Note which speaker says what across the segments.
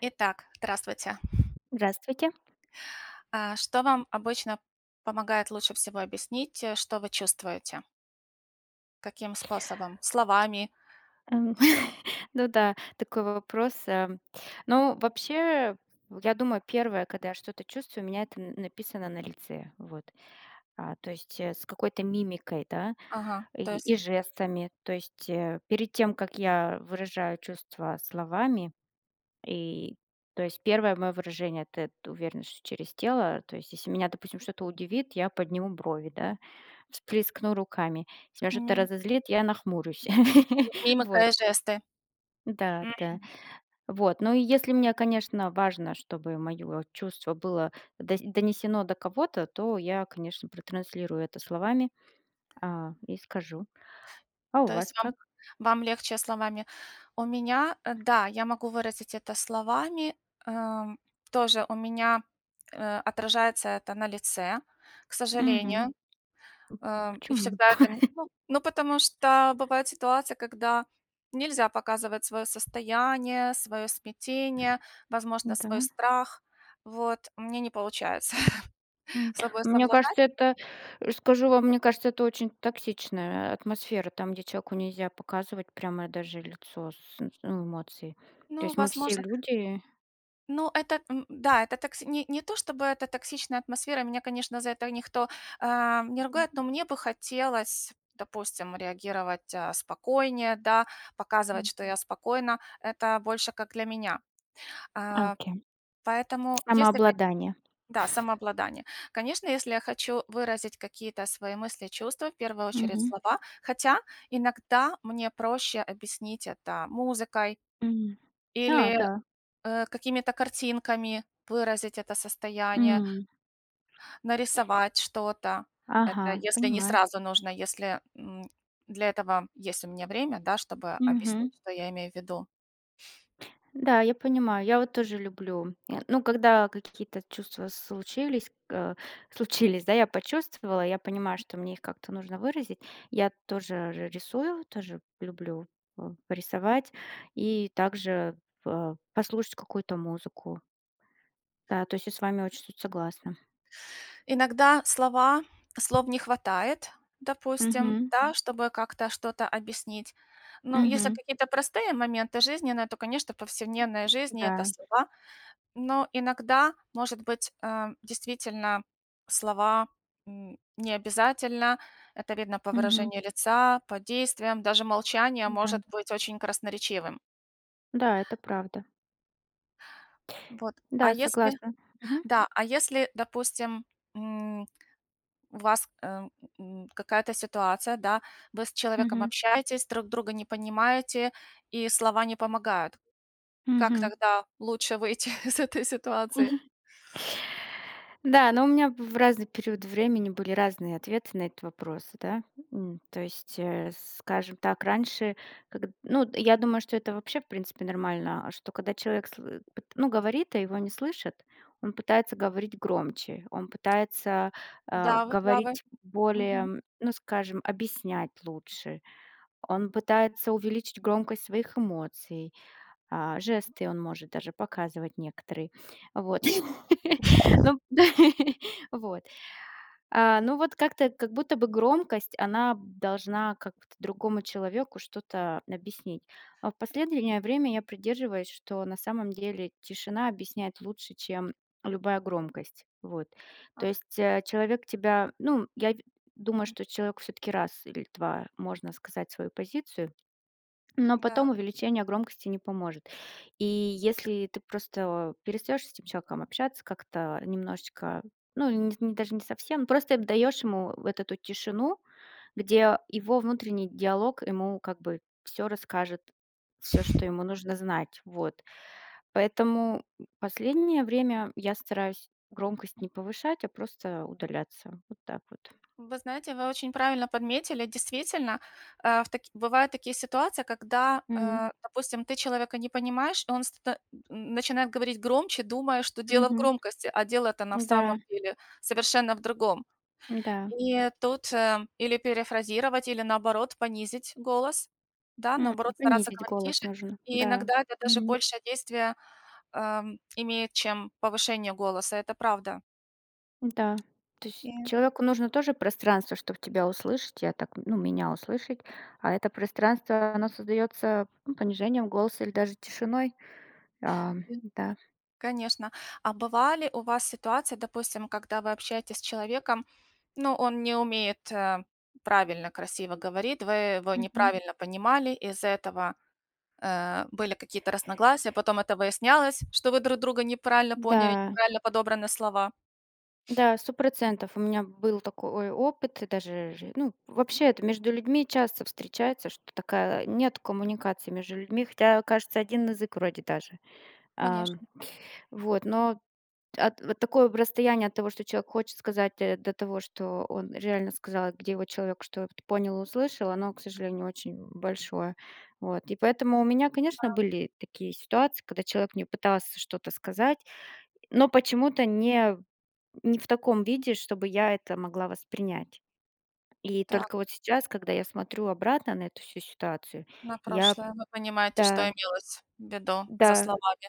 Speaker 1: Итак, здравствуйте.
Speaker 2: Здравствуйте.
Speaker 1: Что вам обычно помогает лучше всего объяснить, что вы чувствуете? Каким способом? Словами?
Speaker 2: Эм, ну да, такой вопрос. Ну, вообще, я думаю, первое, когда я что-то чувствую, у меня это написано на лице. Вот. То есть с какой-то мимикой, да,
Speaker 1: Ага, то
Speaker 2: и,
Speaker 1: есть
Speaker 2: и жестами. То есть перед тем, как я выражаю чувства словами. И, То есть, первое мое выражение — это уверенность через тело. То есть, если меня, допустим, что-то удивит, я подниму брови, да, всплескну руками. Если меня что-то
Speaker 1: ми-
Speaker 2: разозлит, я нахмурюсь.
Speaker 1: мимика
Speaker 2: Вот.
Speaker 1: и жесты.
Speaker 2: Да,
Speaker 1: М,
Speaker 2: да. Вот. Ну и если мне, конечно, важно, чтобы моё чувство было дос донесено до кого-то, то я, конечно, протранслирую это словами, и скажу. А у
Speaker 1: То
Speaker 2: вас
Speaker 1: есть вам,
Speaker 2: как?
Speaker 1: вам легче словами. У меня, да, я могу выразить это словами. Эм, тоже у меня отражается это на лице, к
Speaker 2: Мгм.
Speaker 1: сожалению. И
Speaker 2: Почему?
Speaker 1: всегда это ну, потому что бывает ситуация, когда нельзя показывать свое состояние, свое смятение, возможно, свой
Speaker 2: Да.
Speaker 1: страх. Вот, мне не получается
Speaker 2: М,
Speaker 1: с собой
Speaker 2: мне
Speaker 1: совладать.
Speaker 2: кажется, это, скажу вам, мне кажется, это очень токсичная атмосфера, там, где человеку нельзя показывать прямо даже лицо с ну, эмоций. То
Speaker 1: Ну,
Speaker 2: есть мы все
Speaker 1: возможно,
Speaker 2: люди.
Speaker 1: ну, это, да, это токси не то чтобы это токсичная атмосфера, меня, конечно, за это никто, не
Speaker 2: Мгм.
Speaker 1: ругает, но мне бы хотелось, допустим, реагировать, спокойнее, да, показывать, что я спокойна. Это больше как для меня.
Speaker 2: А,
Speaker 1: А,
Speaker 2: окей.
Speaker 1: поэтому, если.
Speaker 2: Самообладание.
Speaker 1: Да, самообладание. Конечно, если я хочу выразить какие-то свои мысли, чувства, в первую очередь
Speaker 2: Мгм.
Speaker 1: слова, хотя иногда мне проще объяснить это музыкой
Speaker 2: М. А,
Speaker 1: или
Speaker 2: да.
Speaker 1: какими-то картинками выразить это состояние,
Speaker 2: М.
Speaker 1: нарисовать что-то. Это
Speaker 2: Ага,
Speaker 1: если не
Speaker 2: понимаю.
Speaker 1: сразу нужно, если для этого есть у меня время, да, чтобы
Speaker 2: Мгм.
Speaker 1: объяснить, что я имею в виду.
Speaker 2: Да, я понимаю. Я вот тоже люблю. Ну, когда какие-то чувства случились, да, я почувствовала, я понимаю, что мне их как-то нужно выразить. Я тоже рисую, тоже люблю порисовать и также послушать какую-то музыку. Да, то есть я с вами очень тут согласна.
Speaker 1: Иногда слов не хватает, допустим,
Speaker 2: Мгм.
Speaker 1: да, чтобы как-то что-то объяснить. Ну, если
Speaker 2: Мгм.
Speaker 1: какие-то простые моменты жизненные, то, конечно, в повседневной жизни- это
Speaker 2: Да.
Speaker 1: слова. Но иногда, может быть, действительно слова, не обязательно. Это видно по
Speaker 2: Мгм.
Speaker 1: выражению лица, по действиям. Даже молчание
Speaker 2: Да.
Speaker 1: может быть очень красноречивым.
Speaker 2: Да, это правда.
Speaker 1: Вот. А
Speaker 2: Да,
Speaker 1: если
Speaker 2: согласна. Мгм.
Speaker 1: да, а если, допустим, м у вас, какая-то ситуация, да, вы с человеком
Speaker 2: Мгм.
Speaker 1: общаетесь, друг друга не понимаете, и слова не помогают. Как
Speaker 2: Мгм.
Speaker 1: тогда лучше выйти из этой ситуации?
Speaker 2: Да, но у меня в разный период времени были разные ответы на этот вопрос, да. М, то есть, э, скажем так, раньше, как ну, я думаю, что это вообще, в принципе, нормально, что когда человек сл пыт ну, говорит, а его не слышат, он пытается говорить громче, он пытается,
Speaker 1: Да, вы правы.
Speaker 2: говорить
Speaker 1: Мгм.
Speaker 2: более, ну, скажем, объяснять лучше, он пытается увеличить громкость своих эмоций, жесты, он может даже показывать некоторые. Вот. Ну, вот. Ну, вот как-то, как будто бы громкость, она должна как-то другому человеку что-то объяснить. А в последнее время я придерживаюсь, что на самом деле тишина объясняет лучше, чем любая громкость. Вот.
Speaker 1: А,
Speaker 2: То есть человек тебя, ну, я думаю,
Speaker 1: м,
Speaker 2: что человек все-таки раз или два можно сказать свою позицию, но
Speaker 1: да.
Speaker 2: потом увеличение громкости не поможет. И если ты просто перестаешь с этим человеком общаться, как-то немножечко, даже не совсем, ну, просто даешь ему вот эту тишину, где его внутренний диалог ему как бы все расскажет, все, что ему нужно знать. Вот. Поэтому последнее время я стараюсь громкость не повышать, а просто удаляться. Вот так вот.
Speaker 1: Вы знаете, вы очень правильно подметили. Действительно, в таки бывают такие ситуации, когда,
Speaker 2: М.
Speaker 1: допустим, ты человека не понимаешь, и он начинает говорить громче, думая, что дело в
Speaker 2: Мгм.
Speaker 1: громкости, а дело-то на самом
Speaker 2: Да,
Speaker 1: деле совершенно в другом.
Speaker 2: да.
Speaker 1: И тут, или перефразировать, или, наоборот, понизить голос, да,
Speaker 2: М,
Speaker 1: наоборот, стараться
Speaker 2: понизить
Speaker 1: говорить
Speaker 2: голос
Speaker 1: тише.
Speaker 2: нужно.
Speaker 1: И
Speaker 2: Да.
Speaker 1: иногда это даже
Speaker 2: Мгм.
Speaker 1: больше действие, имеет, чем повышение голоса, это правда.
Speaker 2: Да. То есть
Speaker 1: И
Speaker 2: человеку нужно тоже пространство, чтобы тебя услышать. Я так, ну, меня услышать. А это пространство, оно создается ну, понижением голоса или даже тишиной. А,
Speaker 1: м,
Speaker 2: да.
Speaker 1: конечно. А бывали у вас ситуации, допустим, когда вы общаетесь с человеком, ну, он не умеет, правильно, красиво говорить, вы его
Speaker 2: Мгм.
Speaker 1: неправильно понимали, из-за этого были какие-то разногласия, потом это выяснялось, что вы друг друга неправильно
Speaker 2: Да,
Speaker 1: поняли, неправильно подобраны слова.
Speaker 2: да, 100%. У меня был такой опыт, и даже, ж ну, вообще это между людьми часто встречается, что такая нет коммуникации между людьми, хотя, кажется, один язык вроде даже. А,
Speaker 1: Конечно.
Speaker 2: вот, но От вот такое б расстояние от того, что человек хочет сказать, до того, что он реально сказал, где его человек что т понял и услышал, оно, к сожалению, очень большое. Вот. И поэтому у меня, конечно, были такие ситуации, когда человек мне пытался что-то сказать, но почему-то не в таком виде, чтобы я это могла воспринять. И
Speaker 1: Так,
Speaker 2: только вот сейчас, когда я смотрю обратно на эту всю ситуацию,
Speaker 1: на
Speaker 2: я
Speaker 1: прошлое. Вы понимаете, что
Speaker 2: да,
Speaker 1: имелось в виду за
Speaker 2: да.
Speaker 1: словами.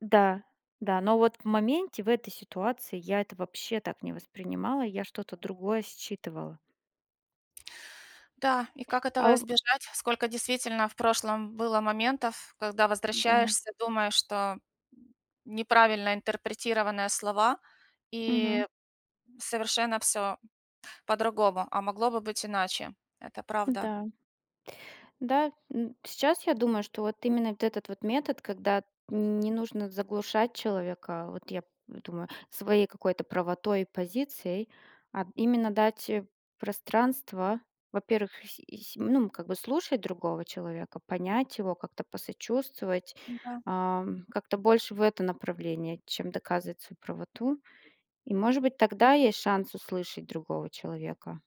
Speaker 2: Да, да, но вот в моменте, в этой ситуации я это вообще так не воспринимала, я что-то другое считывала.
Speaker 1: Да, и как
Speaker 2: А
Speaker 1: этого
Speaker 2: у
Speaker 1: избежать? Сколько действительно в прошлом было моментов, когда
Speaker 2: да,
Speaker 1: возвращаешься, думаешь, что неправильно интерпретированные слова
Speaker 2: мгм,
Speaker 1: и совершенно все по-другому, а могло бы быть иначе. Это правда.
Speaker 2: да. Да, сейчас я думаю, что вот именно вот этот вот метод, когда не нужно заглушать человека, вот я думаю, своей какой-то правотой и позицией, а именно дать пространство, во-первых, ну, как бы слушать другого человека, понять его, как-то посочувствовать,
Speaker 1: Да.
Speaker 2: как-то больше в это направление, чем доказывать свою правоту. И, может быть, тогда есть шанс услышать другого человека.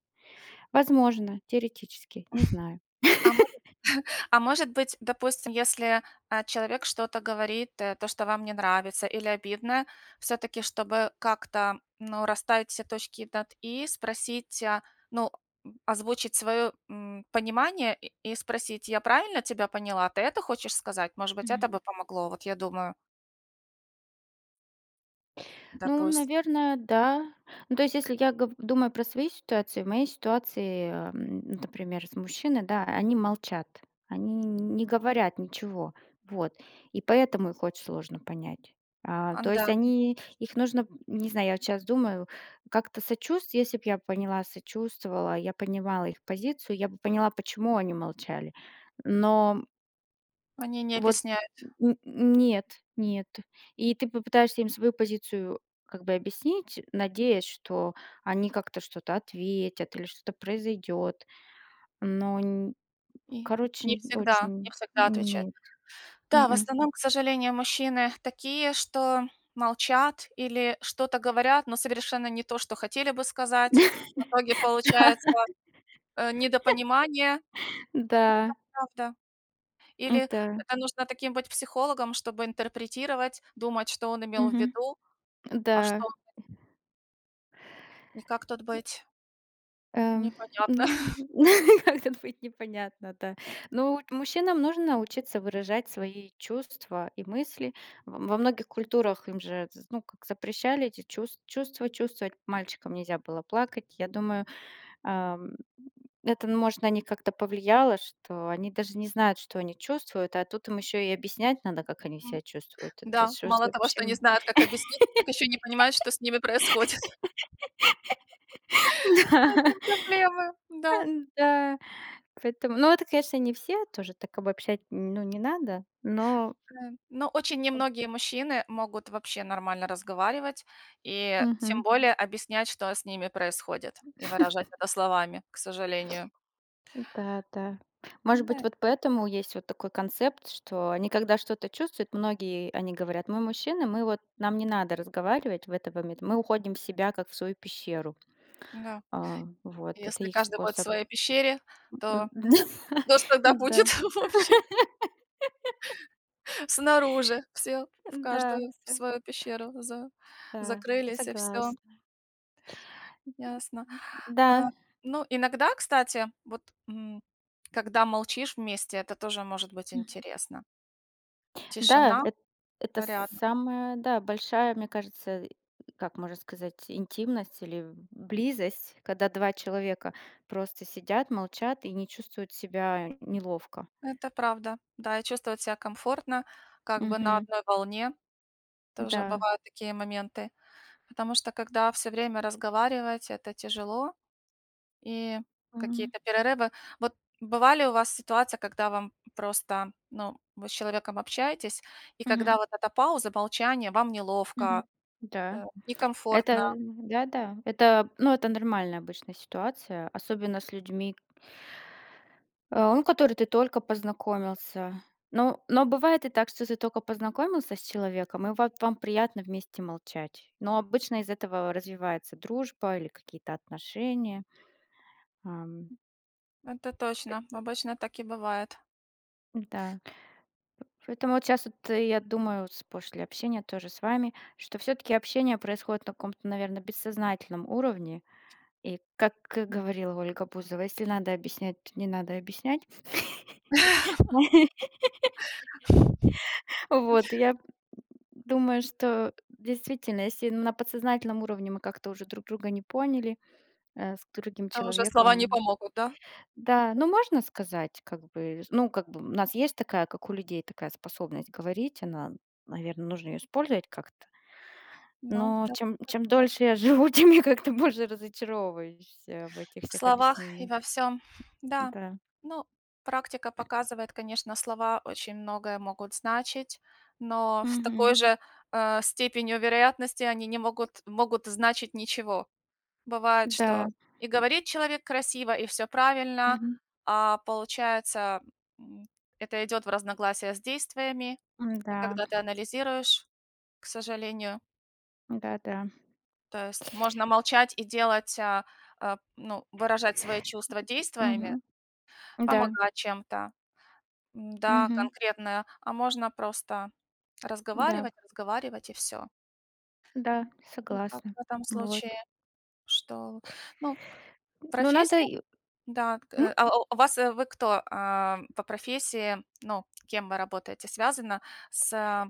Speaker 2: Возможно, теоретически, не знаю.
Speaker 1: А может А может быть, допустим, если, человек что-то говорит, то, что вам не нравится или обидно, все таки чтобы как-то, ну, расставить все точки над "и", спросить, ну, озвучить свое понимание и спросить: "Я правильно тебя поняла? Ты это хочешь сказать?" Может быть, это бы помогло, вот я думаю,
Speaker 2: Ну,
Speaker 1: допустим,
Speaker 2: наверное, да. Ну, то есть, если я гов думаю про свои ситуации, в моей ситуации, например, с мужчины, да, они молчат, они не говорят ничего, вот, и поэтому их очень сложно понять. А, то есть
Speaker 1: да,
Speaker 2: они их нужно, не знаю, я сейчас думаю, как-то сочувств если бы я поняла, сочувствовала, я понимала их позицию, я бы поняла, почему они молчали. Но
Speaker 1: они не
Speaker 2: вот
Speaker 1: объясняют
Speaker 2: н нет, нет. И ты попытаешься им свою позицию как бы объяснить, надеясь, что они как-то что-то ответят или что-то произойдет. Но н
Speaker 1: и
Speaker 2: короче,
Speaker 1: не
Speaker 2: очень
Speaker 1: всегда отвечают.
Speaker 2: нет.
Speaker 1: Да, в
Speaker 2: М.
Speaker 1: основном, к сожалению, мужчины такие, что молчат или что-то говорят, но совершенно не то, что хотели бы сказать. В итоге получается, недопонимание. Это
Speaker 2: Да,
Speaker 1: правда. Или
Speaker 2: да.
Speaker 1: это нужно таким быть психологом, чтобы интерпретировать, думать, что он имел в
Speaker 2: Мгм.
Speaker 1: виду, а что
Speaker 2: Да.
Speaker 1: и как тут быть,
Speaker 2: Эм,
Speaker 1: непонятно.
Speaker 2: ну, как тут быть непонятно, да. Но вот мужчинам нужно учиться выражать свои чувства и мысли. Во многих культурах им же, ну, как запрещали эти чувс- чувства чувствовать. Мальчикам нельзя было плакать. Я думаю, ам, это, ну, может, на них как-то повлияло, что они даже не знают, что они чувствуют, а тут им еще и объяснять надо, как они
Speaker 1: М,
Speaker 2: себя чувствуют. Это
Speaker 1: да,
Speaker 2: что
Speaker 1: мало того,
Speaker 2: вообще…
Speaker 1: что не знают, как объяснить, так еще не понимают, что с ними происходит. С
Speaker 2: Да,
Speaker 1: этим проблемы, да.
Speaker 2: да. Поэтому, ну, это, конечно, не все, тоже так обобщать, ну, не надо, но
Speaker 1: Ну, очень немногие мужчины могут вообще нормально разговаривать и тем
Speaker 2: мгм.
Speaker 1: более объяснять, что с ними происходит, и выражать это словами, к сожалению.
Speaker 2: Да, да. Может
Speaker 1: Да,
Speaker 2: быть, вот поэтому есть вот такой концепт, что они когда что-то чувствуют, многие, они говорят, мы мужчины, мы вот, нам не надо разговаривать в этот момент, мы уходим в себя, как в свою пещеру.
Speaker 1: да.
Speaker 2: А, вот, это
Speaker 1: Если
Speaker 2: их
Speaker 1: каждый будет в
Speaker 2: способ.
Speaker 1: своей пещере,
Speaker 2: М,
Speaker 1: то кто ж тогда
Speaker 2: да,
Speaker 1: будет вообще снаружи? Все
Speaker 2: да,
Speaker 1: в
Speaker 2: да,
Speaker 1: каждую в свою пещеру за
Speaker 2: да,
Speaker 1: закрылись, и все.
Speaker 2: согласна.
Speaker 1: Ясно. А,
Speaker 2: Да.
Speaker 1: ну, иногда, кстати, вот, м, когда молчишь вместе, это тоже может быть интересно. Тишина
Speaker 2: Да, эт это
Speaker 1: рядом.
Speaker 2: самая, да, большая, мне кажется, и как можно сказать, интимность или близость, когда 2 человека просто сидят, молчат и не чувствуют себя неловко.
Speaker 1: Это правда. Да, и чувствовать себя комфортно, как бы на
Speaker 2: Мгм.
Speaker 1: одной волне. Тоже
Speaker 2: Да.
Speaker 1: бывают такие моменты. Потому что когда все время разговаривать, это тяжело. И
Speaker 2: Мгм.
Speaker 1: какие-то перерывы. Вот бывали у вас ситуация, когда вам просто, ну, вы с человеком общаетесь, и когда
Speaker 2: Мгм.
Speaker 1: вот эта пауза, молчание, вам
Speaker 2: Мгм.
Speaker 1: неловко,
Speaker 2: Да.
Speaker 1: некомфортно.
Speaker 2: Это да-да. Это, ну, это нормальная обычная ситуация, особенно с людьми. Который ты только познакомился. Но бывает и так, что ты только познакомился с человеком, и вот вам приятно вместе молчать. Но обычно из этого развивается дружба или какие-то отношения. Ам,
Speaker 1: Это точно. Обычно так и бывает.
Speaker 2: да. Поэтому вот сейчас вот я думаю, вот после общения тоже с вами, что все-таки общение происходит на каком-то, наверное, бессознательном уровне. И как говорила Ольга Бузова, если надо объяснять, то не надо объяснять. Вот, я думаю, что действительно, если на подсознательном уровне мы как-то уже друг друга не поняли, с другим
Speaker 1: Это уже слова не
Speaker 2: человеком.
Speaker 1: помогут, да?
Speaker 2: Да, ну можно сказать, как бы, ну как бы у нас есть такая, как у людей, такая способность говорить, она, наверное, нужно ее использовать как-то.
Speaker 1: Ну,
Speaker 2: Но
Speaker 1: да.
Speaker 2: чем дольше я живу, тем я как-то больше разочаровываюсь в этих
Speaker 1: В
Speaker 2: всех
Speaker 1: словах и
Speaker 2: объяснениях.
Speaker 1: во всем, да.
Speaker 2: Да.
Speaker 1: Ну, практика показывает, конечно, слова очень многое могут значить, но с такой
Speaker 2: Мгм.
Speaker 1: же, степенью вероятности они не могут могут значить ничего. Бывает, что
Speaker 2: Да.
Speaker 1: и говорит человек красиво, и все правильно,
Speaker 2: Мгм.
Speaker 1: а получается, м, это идет в разногласие с действиями.
Speaker 2: М,
Speaker 1: И
Speaker 2: да.
Speaker 1: когда ты анализируешь, к сожалению,
Speaker 2: Да, да.
Speaker 1: то есть можно молчать и делать, ну, выражать свои чувства действиями,
Speaker 2: Мгм. Да.
Speaker 1: помогать чем-то. М-да,
Speaker 2: Мгм.
Speaker 1: конкретно. А можно просто
Speaker 2: Да.
Speaker 1: разговаривать, разговаривать и все.
Speaker 2: Да,
Speaker 1: И как
Speaker 2: согласна.
Speaker 1: в этом случае,
Speaker 2: Вот.
Speaker 1: что, ну,
Speaker 2: Ну, надо
Speaker 1: профессия,
Speaker 2: и
Speaker 1: да, к
Speaker 2: м?
Speaker 1: э, а у вас, вы кто, по профессии, ну, кем вы работаете? Связано с,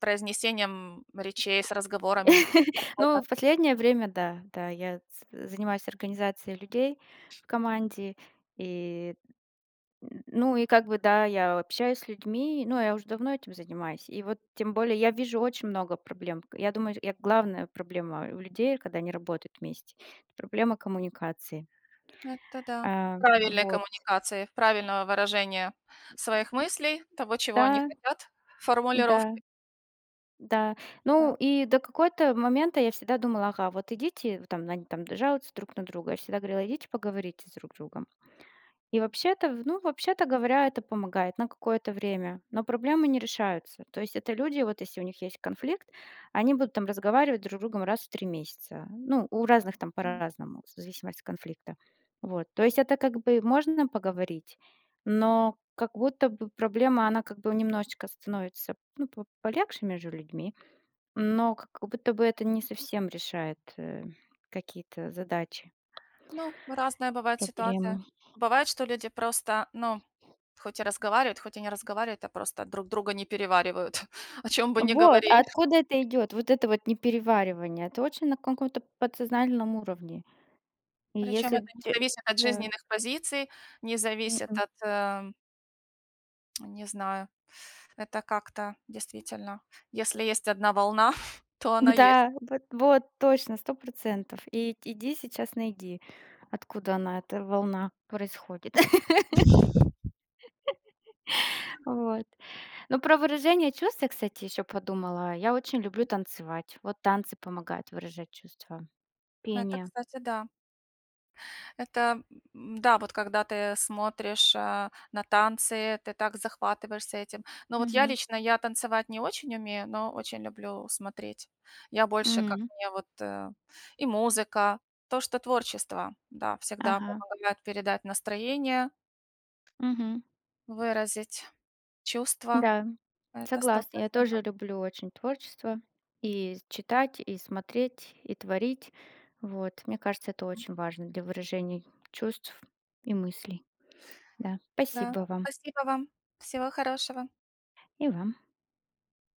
Speaker 1: произнесением речей, с разговорами работа?
Speaker 2: Ну, в последнее время, да, да, я с занимаюсь организацией людей в команде. И, н ну, и как бы, да, я общаюсь с людьми, ну, я уже давно этим занимаюсь. И вот тем более я вижу очень много проблем. К я думаю, я главная проблема у людей, когда они работают вместе — это проблема коммуникации.
Speaker 1: Это да.
Speaker 2: А,
Speaker 1: Правильной
Speaker 2: вот,
Speaker 1: коммуникации, правильного выражения своих мыслей, того, чего они
Speaker 2: да,
Speaker 1: хотят,
Speaker 2: да.
Speaker 1: формулировки.
Speaker 2: Да.
Speaker 1: Да.
Speaker 2: Ну, и до какого-то момента я всегда думала: «Ага, вот идите», вот там они там жалуются друг на друга. Я всегда говорила: «Идите поговорите с друг другом». И вообще-то, в ну, вообще-то говоря, это помогает на какое-то время, но проблемы не решаются. То есть это люди, вот если у них есть конфликт, они будут там разговаривать друг с другом раз в 3 месяца. Ну, у разных там по-разному, в зависимости от конфликта. Вот. То есть это как бы можно поговорить, но как будто бы проблема, она как бы немножечко становится, ну, по полегче между людьми. Но как будто бы это не совсем решает, какие-то задачи,
Speaker 1: Ну, разная бывает ситуация.
Speaker 2: проблемы.
Speaker 1: Бывает, что люди просто, ну, хоть и разговаривают, хоть и не разговаривают, а просто друг друга не переваривают, о чем бы ни
Speaker 2: Вот, а
Speaker 1: говорили.
Speaker 2: откуда это идет? Вот это вот непереваривание. Это очень на каком-то подсознательном уровне. И
Speaker 1: Причем это
Speaker 2: если
Speaker 1: не
Speaker 2: те
Speaker 1: зависит от
Speaker 2: да,
Speaker 1: жизненных позиций, не зависит
Speaker 2: м.
Speaker 1: от, не знаю, это как-то действительно, если есть одна волна, то она есть.
Speaker 2: Да, вот вот точно, 100%. И иди сейчас найди, откуда она, эта волна происходит. Вот. Ну, про выражение чувств я, кстати, еще подумала. Я очень люблю танцевать. Вот танцы помогают выражать чувства.
Speaker 1: Это,
Speaker 2: Пение.
Speaker 1: кстати, да. Это, да, вот когда ты смотришь, на танцы, ты так захватываешься этим. Но вот я
Speaker 2: Мгм.
Speaker 1: лично, я танцевать не очень умею, но очень люблю смотреть. Я больше, как
Speaker 2: М,
Speaker 1: мне вот, и музыка, то, что творчество, да, всегда
Speaker 2: ага,
Speaker 1: помогает передать настроение,
Speaker 2: мгм.
Speaker 1: выразить чувства.
Speaker 2: Да,
Speaker 1: Это сто
Speaker 2: согласна. Я
Speaker 1: процентов.
Speaker 2: тоже люблю очень творчество и читать, и смотреть, и творить. Вот, мне кажется, это очень важно для выражения чувств и мыслей. Да,
Speaker 1: Да.
Speaker 2: спасибо вам
Speaker 1: Спасибо вам. Всего хорошего.
Speaker 2: и вам.